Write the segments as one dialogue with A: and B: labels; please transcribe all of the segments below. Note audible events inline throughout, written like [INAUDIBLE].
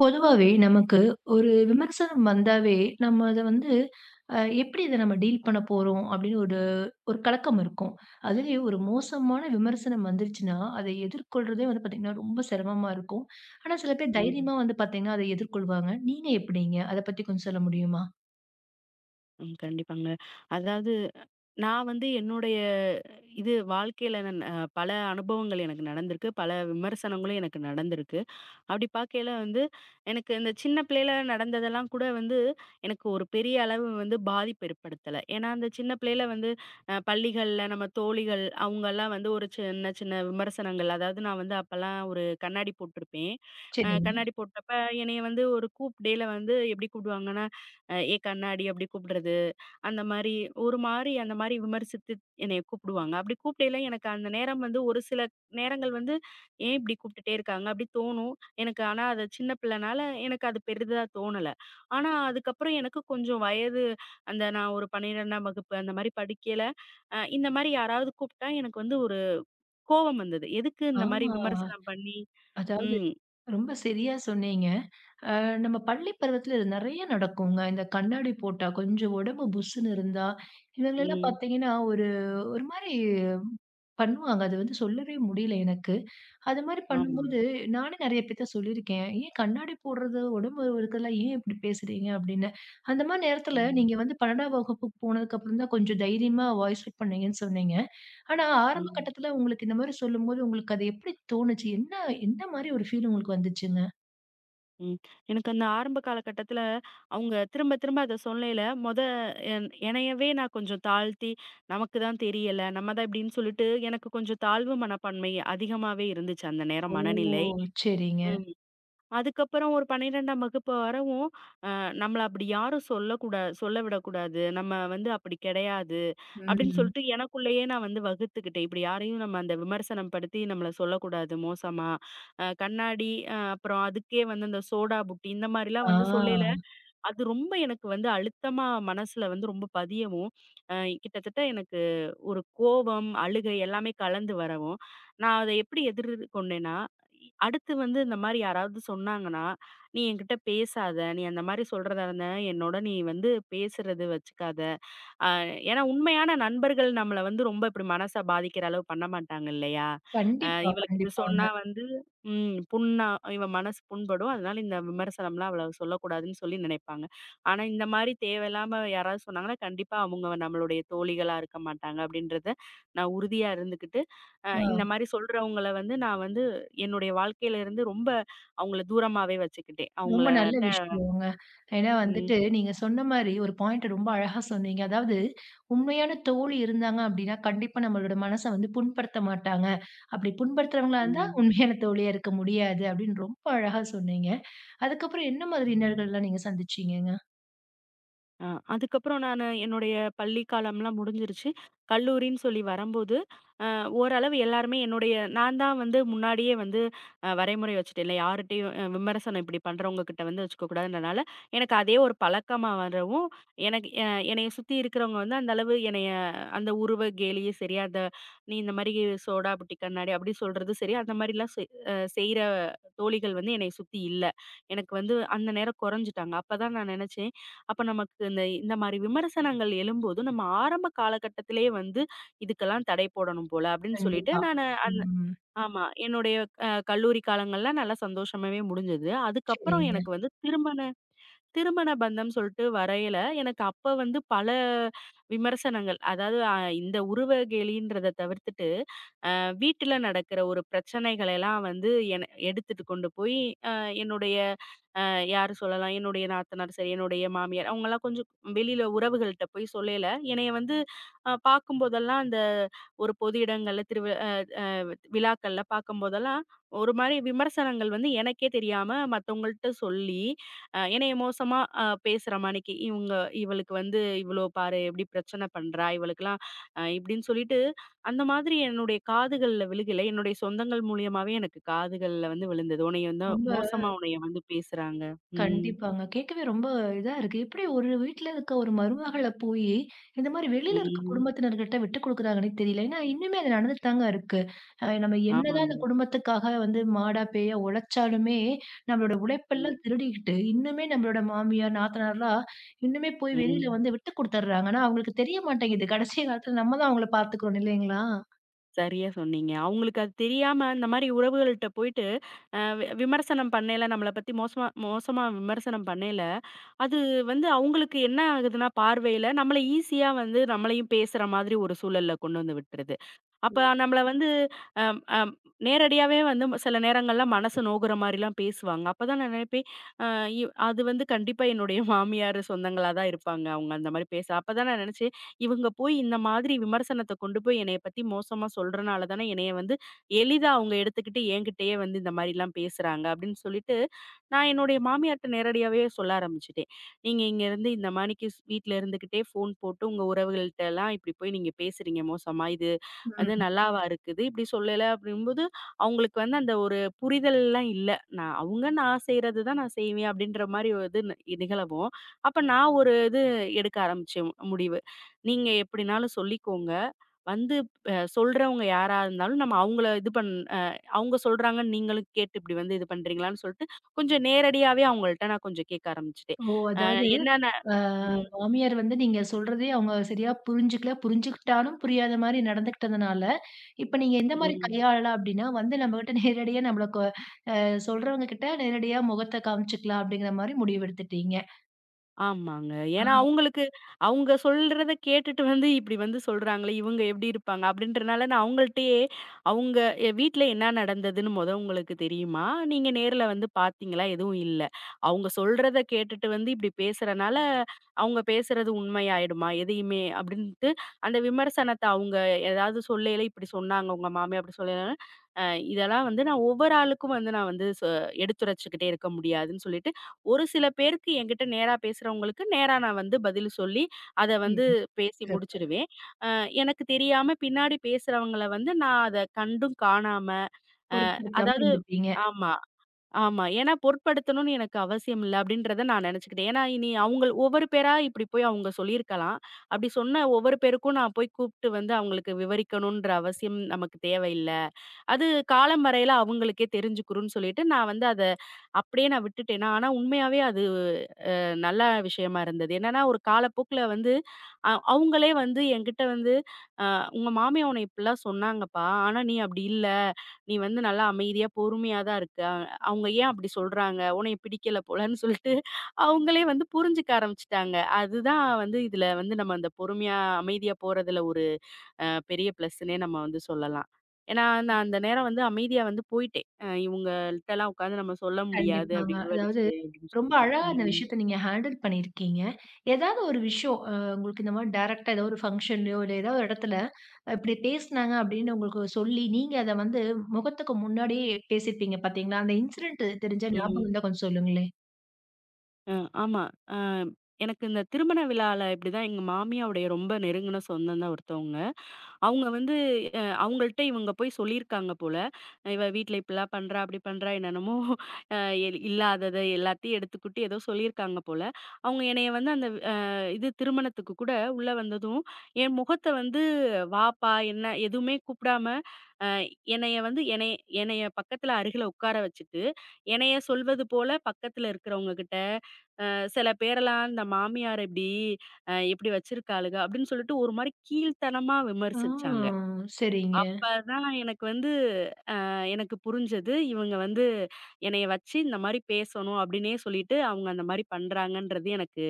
A: பொதுவாவே நமக்கு ஒரு விமர்சனம் வந்தாவே, நம்ம அத வந்து எப்படி இத நம்ம டீல் பண்ண போறோம் அப்படின்னு ஒரு ஒரு கலக்கம் இருக்கும். அதுலயும் ஒரு மோசமான விமர்சனம் வந்துருச்சுன்னா, அதை எதிர்கொள்றதே வந்து பார்த்தீங்கன்னா, ரொம்ப சிரமமா இருக்கும். ஆனா சில பேர்
B: ம்.
A: தைரியமா வந்து பார்த்தீங்கன்னா, அதை எதிர்கொள்வாங்க. நீங்க எப்படிங்க? அத பத்தி கொஞ்சம் சொல்ல முடியுமா?
B: ம். கண்டிப்பாங்க. அதாவது நான் வந்து என்னுடைய இது வாழ்க்கையில நான் பல அனுபவங்கள் எனக்கு நடந்திருக்கு. பல விமர்சனங்களும் எனக்கு நடந்திருக்கு. அப்படி பார்க்கையில வந்து, எனக்கு இந்த சின்ன பிள்ளையில நடந்ததெல்லாம் கூட வந்து, எனக்கு ஒரு பெரிய அளவு வந்து பாதிப்பு ஏற்படுத்தல. ஏன்னா, அந்த சின்ன பிள்ளையில வந்து பள்ளிகள்ல நம்ம தோழிகள் அவங்கலாம் வந்து ஒரு சின்ன சின்ன விமர்சனங்கள், அதாவது நான் வந்து அப்பலாம் ஒரு கண்ணாடி போட்டிருப்பேன்.
A: சரிங்க.
B: கண்ணாடி போட்டப்ப என்னைய வந்து ஒரு கூப்டையில வந்து எப்படி கூப்பிடுவாங்கன்னா, "ஏ கண்ணாடி" அப்படி கூப்பிடுறது. அந்த மாரி ஒரு மாரி அந்த மாரி விமர்சித்து என்னைய கூப்பிடுவாங்க. அப்படி கூப்பிடையில எனக்கு அந்த நேரம் வந்து ஒரு சில நேரங்கள் வந்து ஏன் இப்படி கூப்பிட்டுட்டே இருக்காங்க அப்படி தோணும். எனக்கு ஆனா அது சின்ன பிள்ளைனால எனக்கு அது பெரிதா தோணல. ஆனா அதுக்கப்புறம் எனக்கு கொஞ்சம் வயது அந்த நான் ஒரு 12ஆம் வகுப்பு அந்த மாரி படிக்கையில, இந்த மாரி யாராவது கூப்பிட்டா எனக்கு வந்து ஒரு கோவம் வந்தது. எதுக்கு இந்த மாரி
A: ஆ
B: விமர்சனம் பண்ணி
A: அதாவது
B: ம்,
A: ரொம்ப சரியா சொன்னீங்க. அ நம்ம பள்ளி பருவத்துல இது நெறைய நடக்குங்க. இந்த கண்ணாடி போட்டா, கொஞ்சம் உடம்பு புஸ்ஸுன்னு இருந்தா, இவங்களலாம்
B: ம்.
A: பார்த்தீங்கன்னா, ஒரு ஒரு மாரி பண்ணுவாங்க. அது வந்து சொல்லவே முடியல எனக்கு. அது மாரி
B: ஆமா.
A: பண்ணும்போது, நானே நெறைய பேர்ட்ட சொல்லியிருக்கேன். "ஏன் கண்ணாடி போடுறது, உடம்பு இருக்குறதுலாம் ஏன் இப்படி பேசுறீங்க?" அப்படின்னு. அந்த மாரி நேரத்துல
B: ம்,
A: நீங்க வந்து 12ஆம் வகுப்புக்கு போனதுக்கப்புறம் தான் கொஞ்சம் தைரியமா வாய்ஸ் அவுட் பண்ணீங்கன்னு சொன்னீங்க. ஆனா ஆரம்ப
B: ம்.
A: கட்டத்துல உங்களுக்கு இந்த மாரி சொல்லும்போது, உங்களுக்கு அது எப்படி தோணுச்சு? என்ன என்ன மாரி ஒரு ஃபீல் உங்களுக்கு வந்துச்சுங்க?
B: ம். எனக்கு அந்த ஆரம்ப காலகட்டத்தில, அவங்க திரும்ப திரும்ப அத சொல்லையில, என்னையவே நான் கொஞ்சம் தாழ்த்தி, "நமக்கு தான் தெரியல. நம்ம தான் இப்படின்னு" சொல்லிட்டு, எனக்கு கொஞ்சம் தாழ்வு மனப்பான்மை அதிகமாவே இருந்துச்சு அந்த
A: ஓ!
B: நேரம் மனநிலை.
A: சரிங்க.
B: ம். அதுக்கப்புறம் ஒரு 12ஆம் வகுப்பு வரவும், "நம்மள அப்படி யாரும் சொல்லக்கூடா சொல்ல விடக்கூடாது. நம்ம வந்து அப்படி கிடையாது." அப்படின்னு
A: ம்.
B: சொல்லிட்டு எனக்குள்ளேயே நான் வந்து வகுத்துக்கிட்டேன். இப்படி யாரையும் நம்ம அந்த விமர்சனம் படுத்தி நம்மள சொல்லக்கூடாது மோசமா. கண்ணாடி அப்புறம் அதுக்கே வந்து அந்த சோடா புட்டி இந்த மாரிலாம் வந்து சொல்லையில,
A: ஆ.
B: அது ரொம்ப எனக்கு வந்து அழுத்தமா மனசுல வந்து ரொம்ப பதியவும், அ கிட்டத்தட்ட எனக்கு ஒரு கோவம், அழுகை எல்லாமே கலந்து வரவும், நான் அத எப்படி எதிர்கொண்டேன்னா, அடுத்து வந்து இந்த மாரி யாராவது சொன்னாங்கன்னா, "நீ என்கிட்ட பேசாத. நீ அந்த மாரி சொல்றதா இருந்தா என்னோட நீ வந்து பேசுறது வச்சுக்காத. அ ஏன்னா உண்மையான நண்பர்கள் நம்மள வந்து ரொம்ப இப்படி மனச பாதிக்கிற அளவு பண்ண மாட்டாங்க இல்லையா?
A: கண்டிப்பா,
B: இவளுக்கு இது சொன்னா
A: கண்டிப்பாங்க.
B: வந்து ம் புண்ணா இவ மனசு புண்படும். அதனால இந்த விமர்சனம்லாம் அவ்வளவு சொல்லக்கூடாதுன்னு சொல்லி நினைப்பாங்க. ஆனா இந்த மாரி தேவையில்லாம யாராவது சொன்னாங்கன்னா, கண்டிப்பா அவங்க நம்மளுடைய தோழிகளா இருக்க மாட்டாங்க அப்படின்றத நான் உறுதியா இருந்துக்கிட்டு,
A: ஆ.
B: இந்த மாரி சொல்றவங்கள வந்து நான் வந்து என்னுடைய வாழ்க்கையில இருந்து ரொம்ப அவங்கள தூரமாவே வச்சுக்கிட்டேன்.
A: ரொம்ப நல்ல
B: அவங்களட்ட
A: விஷயங்க. ஏன்னா
B: ம்,
A: வந்துட்டு, நீங்க சொன்ன மாரி ஒரு பாயிண்ட் ரொம்ப அழகா சொன்னீங்க. அதாவது, உண்மையான தோழி இருந்தாங்க அப்படின்னா, கண்டிப்பா நம்மளோட மனச வந்து புண்படுத்த மாட்டாங்க. அப்படி புண்படுத்துறவங்களா இருந்தா,
B: ம்.
A: உண்மையான தோழியா இருக்க முடியாது அப்படின்னு ரொம்ப அழகா சொன்னீங்க. அதுக்கப்புறம் என்ன மாதிரி இன்னல்கள்லாம் நீங்க சந்திச்சீங்கங்க?
B: அ அதுக்கப்புறம் நானு என்னுடைய பள்ளி காலம்லாம் முடிஞ்சிருச்சு. கல்லூரின்னு சொல்லி வரம்போது, ஓரளவு எல்லாருமே என்னுடைய நான் தான் வந்து முன்னாடியே வந்து வரைமுறை வச்சுட்டேன்ல. யார்ட்டயும் விமர்சனம் இப்படி பண்றவங்க கிட்ட வந்து வச்சுக்கக்கூடாதுன்றனால, எனக்கு அதே ஒரு பழக்கமா வரவும், எனக்கு என்னைய சுத்தி இருக்கிறவங்க வந்து அந்த அளவு என்னைய அந்த உருவ கேலியும் சரி, அந்த "நீ இந்த மாரி சோடா புட்டி கண்ணாடி" அப்படி சொல்றதும் சரி, அந்த மாரிலாம் செய்ற தோழிகள் வந்து என்னைய சுத்தி இல்ல. எனக்கு வந்து அந்த நேரம் குறைஞ்சுட்டாங்க. அப்பதான் நான் நினைச்சேன், அப்ப நமக்கு இந்த இந்த மாரி விமர்சனங்கள் எழும்போது, நம்ம ஆரம்ப காலகட்டத்திலேயே வந்து இதுக்கெல்லாம் தடை போடணும் போல அப்படின்னு சொல்லிட்டு
A: கண்டிப்பா.
B: நானு அந்த
A: ம்.
B: ஆமா. என்னுடைய கல்லூரி காலங்கள்ல நல்லா சந்தோஷமாவே முடிஞ்சது. அதுக்கப்புறம்
A: சரிங்க.
B: எனக்கு வந்து திருமண திருமண பந்தம் சொல்ட்டு வரையில, எனக்கு அப்ப வந்து பல விமர்சனங்கள். அதாவது இந்த உருவ கேலின்றத தவிர்த்துட்டு வீட்டுல நடக்கிற ஒரு பிரச்சனைகளெல்லாம் வந்து என எடுத்துட்டு கொண்டு போய் அ என்னுடைய யாரு சொல்லலாம், என்னுடைய நாத்தனார் சரி, என்னுடைய மாமியார் அவங்கலாம் கொஞ்சம் வெளியில உறவுகள்ட்ட போய் சொல்லயில, என்னைய வந்து பார்க்கும்போதெல்லாம் அந்த ஒரு பொது இடங்கள்ல திருவிழா விழாக்கள்ல பார்க்கும்போதெல்லாம், ஒரு மாரி விமர்சனங்கள் வந்து எனக்கே தெரியாம மத்தவங்கள்ட்ட சொல்லி, என்னைய மோசமா பேசுற மாணிக்கு, "இவங்க இவளுக்கு வந்து இவ்வளோ பாரு, எப்படி பிரச்சனை பண்றா, இவளுக்கெல்லாம்" இப்படின்னு சொல்லிட்டு, அந்த மாதிரி என்னுடைய காதுகள்ல விழுகலை. என்னுடைய சொந்தங்கள் மூலியமாவே எனக்கு காதுகள்ல வந்து விழுந்தது. உன்னைய வந்து
A: ரொம்ப
B: மோசமா உன்னைய வந்து பேசுறாங்க. ம்.
A: கண்டிப்பாங்க. கேட்கவே ரொம்ப இதா இருக்கு. எப்படி ஒரு வீட்ல இருக்க ஒரு மருமகள போயி, இந்த மாரி வெளியில இருக்க
B: ம்.
A: குடும்பத்தினர்கிட்ட விட்டுக் குடுக்குறாங்கன்னே தெரியல. ஏன்னா, இன்னுமே அது நடந்துட்டு தாங்க இருக்கு. நம்ம என்னதான் அந்த
B: ஆமாங்க.
A: குடும்பத்துக்காக வந்து மாடா, பேயா உழைச்சாலுமே, நம்மளோட
B: ம்.
A: உழைப்பெல்லாம் திருடிக்கிட்டு, இன்னுமே நம்மளோட மாமியார், நாத்தனார்லாம் இன்னுமே போய் வெளியில
B: ம்.
A: வந்து விட்டுக் குடுத்துர்றாங்க. ஆனா, அவங்களுக்கு தெரிய மாட்டேங்குது. கடைசி காலத்துல நம்ம தான் அவங்கள பார்த்துக்கிறோம் இல்லைங்களா?
B: சரியா சொன்னீங்க. அவங்களுக்கு அது தெரியாம இந்த மாரி உறவுகள்ட்ட போயிட்டு விமர்சனம் பண்ணையில, நம்மள பத்தி மோசமா மோசமா விமர்சனம் பண்ணையில, அது வந்து அவங்களுக்கு என்ன ஆகுதுன்னா, பார்வையில நம்மள ஈஸியா வந்து நம்மளையும் பேசுற மாதிரி ஒரு சூழல்ல கொண்டு வந்து விட்டுருது. அப்ப நம்மள வந்து அம், அம், நேரடியாவே வந்து சில நேரங்கள்ல மனசு நோகுற மாரிலாம் பேசுவாங்க. அப்பதான் நான் நினைப்பேன், அ இ அது வந்து கண்டிப்பா என்னுடைய [LAUGHS] மாமியார் சொந்தங்களா தான் இருப்பாங்க. அவங்க அந்த மாரி பேச அப்பதான் நான் நினைச்சேன், இவங்க போய் இந்த மாதிரி விமர்சனத்த கொண்டு போய் என்னைய பத்தி மோசமா சொல்றனால தானே என்னைய வந்து எளிதா அவங்க எடுத்துக்கிட்டு என்கிட்டயே வந்து இந்த மாரிலாம் பேசுறாங்க அப்படின்னு சொல்லிட்டு, நான் என்னுடைய மாமியார்ட்ட நேரடியாவே சொல்ல ஆரம்பிச்சுட்டேன். நீங்க இங்க இருந்து இந்த மாணிக்கு வீட்ல இருந்துகிட்டே ஃபோன் போட்டு உங்க உறவுகள்ட்டலாம் இப்படி போய் நீங்க பேசுறீங்க மோசமா. இது அது
A: ம்.
B: நல்லாவா இருக்குது? இப்படி சொல்லல அப்படிங்கும்போது, அவங்களுக்கு வந்து அந்த ஒரு புரிதல்லாம் இல்ல. நான் அவங்க நான் செய்றது தான் நான் செய்வேன் அப்படின்ற மாரி ஒரு இது நிகழவும், அப்ப நான் ஒரு இது எடுக்க ஆரம்பிச்சேன் முடிவு. நீங்க எப்படினாலும் சொல்லிக்கோங்க. வந்து சொல்றவங்க யாரா இருந்தாலும் நம்ம அவங்கள இது பண் அ அவங்க சொல்றாங்கன்னு நீங்களும் கேட்டு இப்படி வந்து இது பண்றீங்களான்னு சொல்லிட்டு, கொஞ்சம் நேரடியாவே அவங்கள்ட்ட நான் கொஞ்சம் கேட்க ஆரம்பிச்சுட்டேன்.
A: ஓ!
B: அ
A: அதாவது
B: என்னென்ன
A: ஆ
B: ம்,
A: மாமியார் வந்து நீங்க சொல்றதே அவங்க சரியா புரிஞ்சுக்கல. புரிஞ்சுக்கிட்டாலும் புரியாத மாரி நடந்துக்கிட்டதுனால, இப்ப நீங்க எந்த மாரி
B: ம்.
A: கையாளலாம் அப்டின்னா, வந்து நம்மகிட்ட நேரடியா நம்மள சொல்றவங்க கிட்ட நேரடியா முகத்த காமிச்சுக்கலாம் அப்படிங்கிற மாரி முடிவெடுத்துட்டீங்க.
B: ஆமாங்க.
A: ஆ.
B: ஏன்னா அவங்களுக்கு அவங்க சொல்றத கேட்டுட்டு வந்து இப்படி வந்து சொல்றாங்களே, இவங்க எப்படி இருப்பாங்க? அப்படின்றனால நான் அவங்கள்ட்டயே அவங்க வீட்ல என்ன நடந்ததுன்னு உங்களுக்கு தெரியுமா? நீங்க நேர்ல வந்து பார்த்தீங்களா? எதுவும் இல்ல. அவங்க சொல்றத கேட்டுட்டு வந்து இப்படி பேசுறனால, அவங்க பேசுறது உண்மையாயிடுமா? எதையுமே அப்படின்ட்டு அந்த விமர்சனத்த அவங்க ஏதாவது சொல்லையில இப்படி சொன்னாங்க, உங்க மாமியார் அப்படி சொல்லையில, அ இதெல்லாம் வந்து நான் ஒவ்வொரு ஆளுக்கும் வந்து நான் வந்து எடுத்துரைச்சுக்கிட்டே இருக்க முடியாதுன்னு சொல்லி ஒரு சில பேருக்கு என்கிட்ட நேரா பேசுறவங்களுக்கு நேரா நான் வந்து பதில் சொல்லி, அத வந்து
A: ம்
B: பேசி
A: சிறப்பு.
B: முடிச்சுடுவேன். அ எனக்கு தெரியாம பின்னாடி பேசுறவங்கள வந்து நான் அத கண்டும் காணாம, அ
A: பொருட்படுத்தாம
B: அதாவது
A: இருந்துட்டீங்க.
B: ஆமா, ஆமா. ஏன்னா பொருட்படுத்தணும்னு எனக்கு அவசியம் இல்ல அப்டின்றத நான் நெனச்சுக்கிட்டேன். ஏன்னா இனி அவுங்கள் ஒவ்வொரு பேரா இப்டி போய் அவுங்க சொல்லியிருக்கலாம். அப்டி சொன்ன ஒவ்வொரு பேருக்கும் நான் போய் கூப்ட்டு வந்து அவுங்களுக்கு விவரிக்கணுன்ற அவசியம் நமக்கு தேவையில்ல. அது காலம் வரையில அவுங்களுக்கே தெரிஞ்சுக்குரும்னு சொல்லிட்டு நான் வந்து அத அப்டியே நான் விட்டுட்டேனா, ஆனா உண்மையாவே அது நல்ல விஷயமா இருந்தது. என்னன்னா, ஒரு காலப்போக்குல வந்து அவுங்களே வந்து என்கிட்ட வந்து, "அ உங்க மாமியா உன்ன இப்டிலாம் சொன்னாங்கப்பா. ஆனா நீ அப்டி இல்ல. நீ வந்து நல்லா அமைதியா, பொறுமையா தான் இருக்க. அவுங்க ஏன் அப்டி சொல்றாங்க? உன்னைய பிடிக்கல போலன்னு" சொல்ட்டு அவுங்களே வந்து புரிஞ்சுக்க ஆரம்பிச்சுட்டாங்க. அதுதான் வந்து இதுல வந்து நம்ம அந்த பொறுமையா, அமைதியா போறதுல ஒரு அ பெரிய ப்ளஸ்ஸுன்னே நம்ம வந்து சொல்லலாம். ஏன்னா, நான் அந்த நேரம் வந்து அமைதியா வந்து போயிட்டேன். இவுங்கள்ட்டலாம் உட்காந்து நம்ம சொல்ல முடியாது
A: கண்டிப்பாங்க.
B: அப்டி
A: அதாவது
B: விவரிச்சு அப்டின்னு
A: ரொம்ப
B: சொல்லிட்டு.
A: அழகா அந்த
B: ம்.
A: விஷயத்த நீங்க ஹேண்டில் பண்ணியிருக்கீங்க. ஏதாவது ஒரு விஷயம் உங்களுக்கு இந்த மாரி டைரக்ட்டா ஏதோ ஒரு ஃபங்ஷன்லயோ, இல்ல ஏதாவது ஒரு இடத்துல இப்படி பேசினாங்க அப்படின்னு உங்களுக்கு சொல்லி, நீங்க அத வந்து முகத்துக்கு முன்னாடியே பேசியிருப்பீங்க பார்த்தீங்களா? அந்த இன்சிடென்ட் தெரிஞ்சா ஞாபகம்
B: ம்.
A: இருந்தா கொஞ்சம் சொல்லுங்களேன்?
B: அ ஆமா. அ எனக்கு இந்த திருமண விழால இப்படிதான் எங்க மாமியாருடைய ரொம்ப நெருங்குன சொந்தம் தான் ஒருத்தவங்க. அவங்க வந்து அவங்கள்ட்ட இவங்க போய் சொல்லியிருக்காங்க போல. "இவ வீட்ல இப்படிலாம் பண்றா, அப்படி பண்றா" என்னென்னமோ அ இல்லாதத எல்லாத்தையும் எடுத்துக்கூட்டி ஏதோ சொல்லியிருக்காங்க போல. அவங்க என்னைய வந்து அந்த இது திருமணத்துக்கு கூட உள்ள வந்ததும், என் முகத்த வந்து "வாப்பா" என்ன எதுவுமே கூப்பிடாம அ என்னைய என்னைய பக்கத்துல அருகில உட்கார வச்சுட்டு, என்னைய சொல்வது போல பக்கத்துல இருக்கிறவங்க கிட்ட சில பேரெல்லாம் இந்த மாமியார் இப்படி இப்படி வச்சிருக்காளுக அப்படின்னு சொல்லிட்டு ஒரு மாரி கீழ்த்தனமா
A: ஆ.
B: விமர்சிச்சாங்க.
A: சரிங்க.
B: அப்பதான் எனக்கு வந்து எனக்கு புரிஞ்சது. இவங்க வந்து என்னைய வச்சு இந்த மாரி பேசணும் அப்படின்னே சொல்லிட்டு அவங்க அந்த மாரி பண்றாங்கன்றது எனக்கு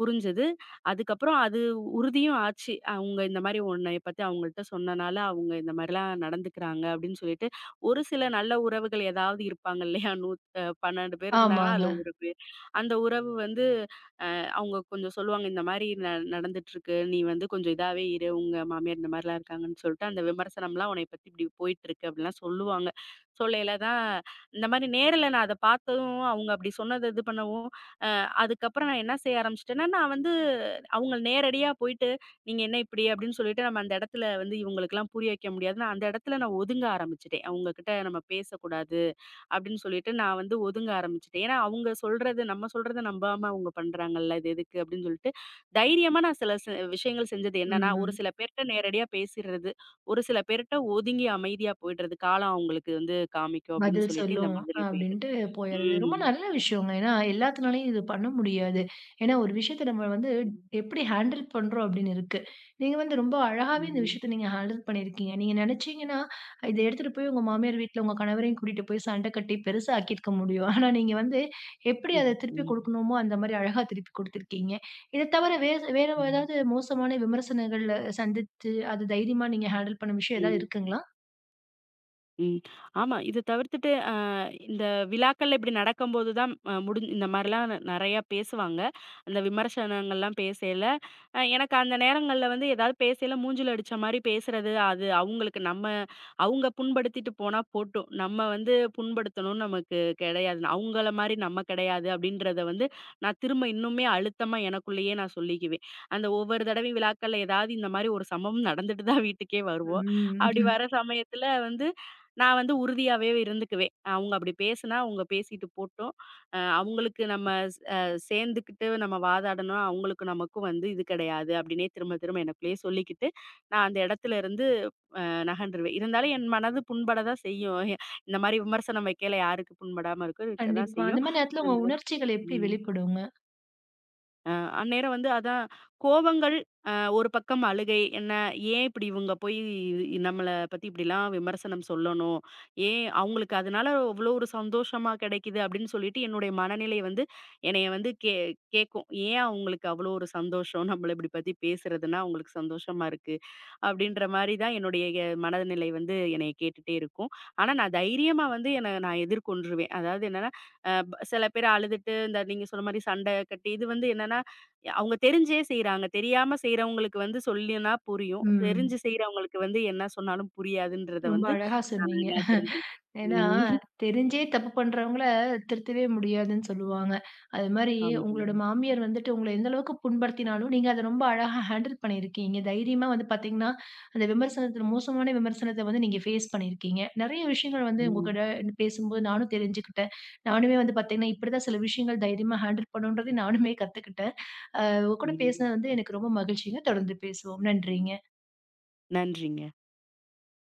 B: புரிஞ்சது. அதுக்கப்புறம் அது உறுதியும் ஆச்சு. அவங்க இந்த மாரி உன்னைய பத்தி அவங்கள்ட்ட சொன்னனால அவங்க இந்த மாரிலாம் நடந்துக்கிறாங்க அப்படின்னு சொல்லிட்டு ஒரு சில நல்ல உறவுகள் ஏதாவது இருப்பாங்க இல்லையா? 12 பேர் இருந்தாங்கன்னா
A: ஆமாங்க.
B: அதுல ஒரு பேர் அந்த உறவு வந்து அவங்க கொஞ்சம் சொல்லுவாங்க, "இந்த மாரி நடந்துட்டுருக்கு. நீ வந்து கொஞ்சம் இதாவே இரு. உங்க மாமியார் இந்த மாரிலாம் இருக்காங்கன்னு" சொல்லிட்டு அந்த விமர்சனம்லாம் உன்னைய பத்தி இப்படி போயிட்டுருக்கு அப்படிலாம் சொல்லுவாங்க. சொல்லையில தான் இந்த மாரி நேர்ல நான் அத பார்த்ததும், அவங்க அப்படி சொன்னத இது பண்ணவும், அ அதுக்கப்புறம் நான் என்ன செய்ய ஆரம்பிச்சுட்டேன்னா, நான் வந்து அவங்க நேரடியா போயிட்டு, "நீங்க என்ன இப்படி?" அப்படின்னு சொல்லிட்டு நம்ம அந்த இடத்துல வந்து இவங்களுக்கெல்லாம் புரிய வைக்க முடியாது. நான் அந்த இடத்துல நான் ஒதுங்க ஆரம்பிச்சுட்டேன். அவங்க கிட்ட நம்ம பேசக்கூடாது. அப்படின்னு சொல்லிட்டு நான் வந்து ஒதுங்க ஆரம்பிச்சுட்டேன். ஏன்னா, அவங்க சொல்றது நம்ம சொல்றத நம்பாம அவங்க பண்றாங்கல்ல. இது எதுக்கு அப்படின்னு சொல்லிட்டு, தைரியமா நான் சில விஷயங்கள் செஞ்சது என்னன்னா, ஒரு
A: ம்.
B: சில பேர்ட்ட நேரடியா பேசிறது. ஒரு சில பேர்ட்ட ஒதுங்கி அமைதியா போயிடுறது. காலம் அவங்களுக்கு வந்து காமிக்கும் அப்படின்னு
A: பதில்
B: சொல்லிட்டு இந்த
A: சொல்லும்
B: மாதிரி போயிட்டு.
A: அப்படின்ட்டு போயிடுது. ரொம்ப
B: ம்.
A: நல்ல விஷயங்க. ஏன்னா, எல்லாத்துனாலயும் இது பண்ண முடியாது. ஏன்னா, ஒரு விஷயத்த நம்ம வந்து
B: ம்.
A: எப்படி ஹேண்டில் பண்றோம் அப்படின்னு இருக்கு. நீங்க வந்து ரொம்ப அழகாவே இந்த
B: ம்.
A: விஷயத்த நீங்க ஹேண்டில் பண்ணியிருக்கீங்க. நீங்க நினைச்சீங்கன்னா, இத எடுத்துட்டு போய் உங்க மாமியார் வீட்ல உங்க கணவரையும் கூட்டிட்டு போய் சண்டை கட்டி பெருசா ஆக்கியிருக்க முடியும். ஆனா, நீங்க வந்து எப்படி
B: ம்.
A: அத திருப்பி
B: ம்.
A: குடுக்கணுமோ, அந்த மாரி அழகா திருப்பி குடுத்துருக்கீங்க. இத தவிர வேற வேற
B: ம்.
A: ஏதாவது மோசமான விமர்சனங்கள்ல சந்தித்து, அது தைரியமா நீங்க ஹேண்டில் பண்ண விஷயம் ஏதாவது
B: ம்.
A: இருக்குங்களா?
B: ம். ஆமா. இது தவிர்த்துட்டு இந்த விழாக்கள்ல இப்படி நடக்கும்போது தான் அ முடிஞ் இந்த மாரிலாம் நெறையா பேசுவாங்க. அந்த விமர்சனங்கள்லாம் பேசையில, எனக்கு அந்த நேரங்கள்ல வந்து ஏதாவது பேசையில மூஞ்சில அடிச்ச மாரி பேசுறது, அது அவங்களுக்கு நம்ம அவங்க புண்படுத்திட்டு போனா போட்டும். நம்ம வந்து புண்படுத்தணும்னு நமக்கு கிடையாது. அவங்கள மாரி நம்ம கிடையாது அப்படின்றத வந்து நான் திரும்ப இன்னுமே அழுத்தமா எனக்குள்ளேயே நான் சொல்லிக்குவேன். அந்த ஒவ்வொரு தடவையும் விழாக்கள்ல ஏதாவது இந்த மாரி ஒரு சம்பவம் நடந்துட்டு தான் வீட்டுக்கே வருவோம். அப்படி
A: ம்.
B: வர சமயத்துல வந்து நான் வந்து உறுதியாவே இருந்துக்குவேன். அவங்க அப்படி பேசுனா, அவங்க பேசிட்டு போட்டும். அவங்களுக்கு நம்ம ஸ் அ சேர்ந்துக்கிட்டு நம்ம வாதாடணும். அவங்களுக்கு நமக்கும் வந்து இது கிடையாது அப்படின்னே திரும்ப திரும்ப எனக்குள்ளேயே சொல்லிக்கிட்டு, நான் அந்த இடத்துல இருந்து அ நகன்றுவேன். இருந்தாலும் என் மனது புண்பட தான் செய்யும். இந்த மாரி விமர்சனம் வைக்கையில யாருக்கு புண்படாம இருக்கும்? இருக்க தான்
A: கண்டிப்பா. அந்த
B: செய்யும்.
A: மாரி நேரத்துல உங்க
B: இருந்தாலும்
A: உணர்ச்சிகள் எப்படி
B: ம்.
A: வெளிப்படுங்க?
B: அ அந்நேரம் வந்து அதான் கோவங்கள், அ ஒரு பக்கம் அழுகை, என்ன ஏன் இப்படி இவங்க போய் நம்மள பத்தி இப்படிலாம் விமர்சனம் சொல்லணும்? ஏன் அவங்களுக்கு அதனால அவ்வளோ ஒரு சந்தோஷமா கிடைக்குது அப்படின்னு சொல்லிட்டு என்னுடைய மனநிலை வந்து என்னைய வந்து கேட்கும். ஏன் அவங்களுக்கு அவ்வளோ ஒரு சந்தோஷம்? நம்மள இப்படி பத்தி பேசுறதுன்னா அவங்களுக்கு சந்தோஷமா இருக்கு. அப்படின்ற மாரி தான் என்னுடைய மனநிலை வந்து என்னைய கேட்டுட்டே இருக்கும். ஆனா நான் தைரியமா வந்து என்ன நான் எதிர்கொண்டுருவேன். அதாவது என்ன சில பேர் அழுதுட்டு, இந்த நீங்க சொன்ன மாரி சண்டை கட்டி இது வந்து என்னன்னா, அவங்க தெரிஞ்சே செய்றாங்க. தெரியாம செய்றவங்களுக்கு வந்து சொல்லினா புரியும்.
A: ம்.
B: தெரிஞ்சு செய்றவங்களுக்கு வந்து என்ன சொன்னாலும் புரியாதுன்றத
A: ரொம்ப
B: வந்து
A: அழகா
B: நான்
A: சொன்னீங்க.
B: நல்லா தெரிஞ்சுக்கிட்டேன்.
A: ஏன்னா,
B: ம்.
A: தெரிஞ்சே தப்பு பண்றவங்கள திருத்தவே முடியாதுன்னு சொல்லுவாங்க. அது மாரி உங்களோட
B: ஆமாங்க.
A: மாமியார் வந்துட்டு உங்கள எந்த அளவுக்கு புண்படுத்தினாலும், நீங்க அத ரொம்ப அழகா ஹேண்டில் பண்ணியிருக்கீங்க. தைரியமா வந்து பாத்தீங்கன்னா, அந்த விமர்சனத்துல மோசமான விமர்சனத்த வந்து நீங்க ஃபேஸ் பண்ணியிருக்கீங்க. நெறைய விஷயங்கள் வந்து உங்க
B: ம்.
A: கூட பேசும்போது நானும் தெரிஞ்சுக்கிட்டேன். நானுமே வந்து பாத்தீங்கன்னா, இப்படிதான் சில விஷயங்கள் தைரியமா ஹேண்டில் பண்ணணுன்றதையும் நானுமே கத்துக்கிட்டேன். உங்க கூட
B: ம்.
A: பேசினது வந்து எனக்கு ரொம்ப மகிழ்ச்சிங்க. தொடர்ந்து பேசுவோம். நன்றிங்க.
B: நன்றிங்க.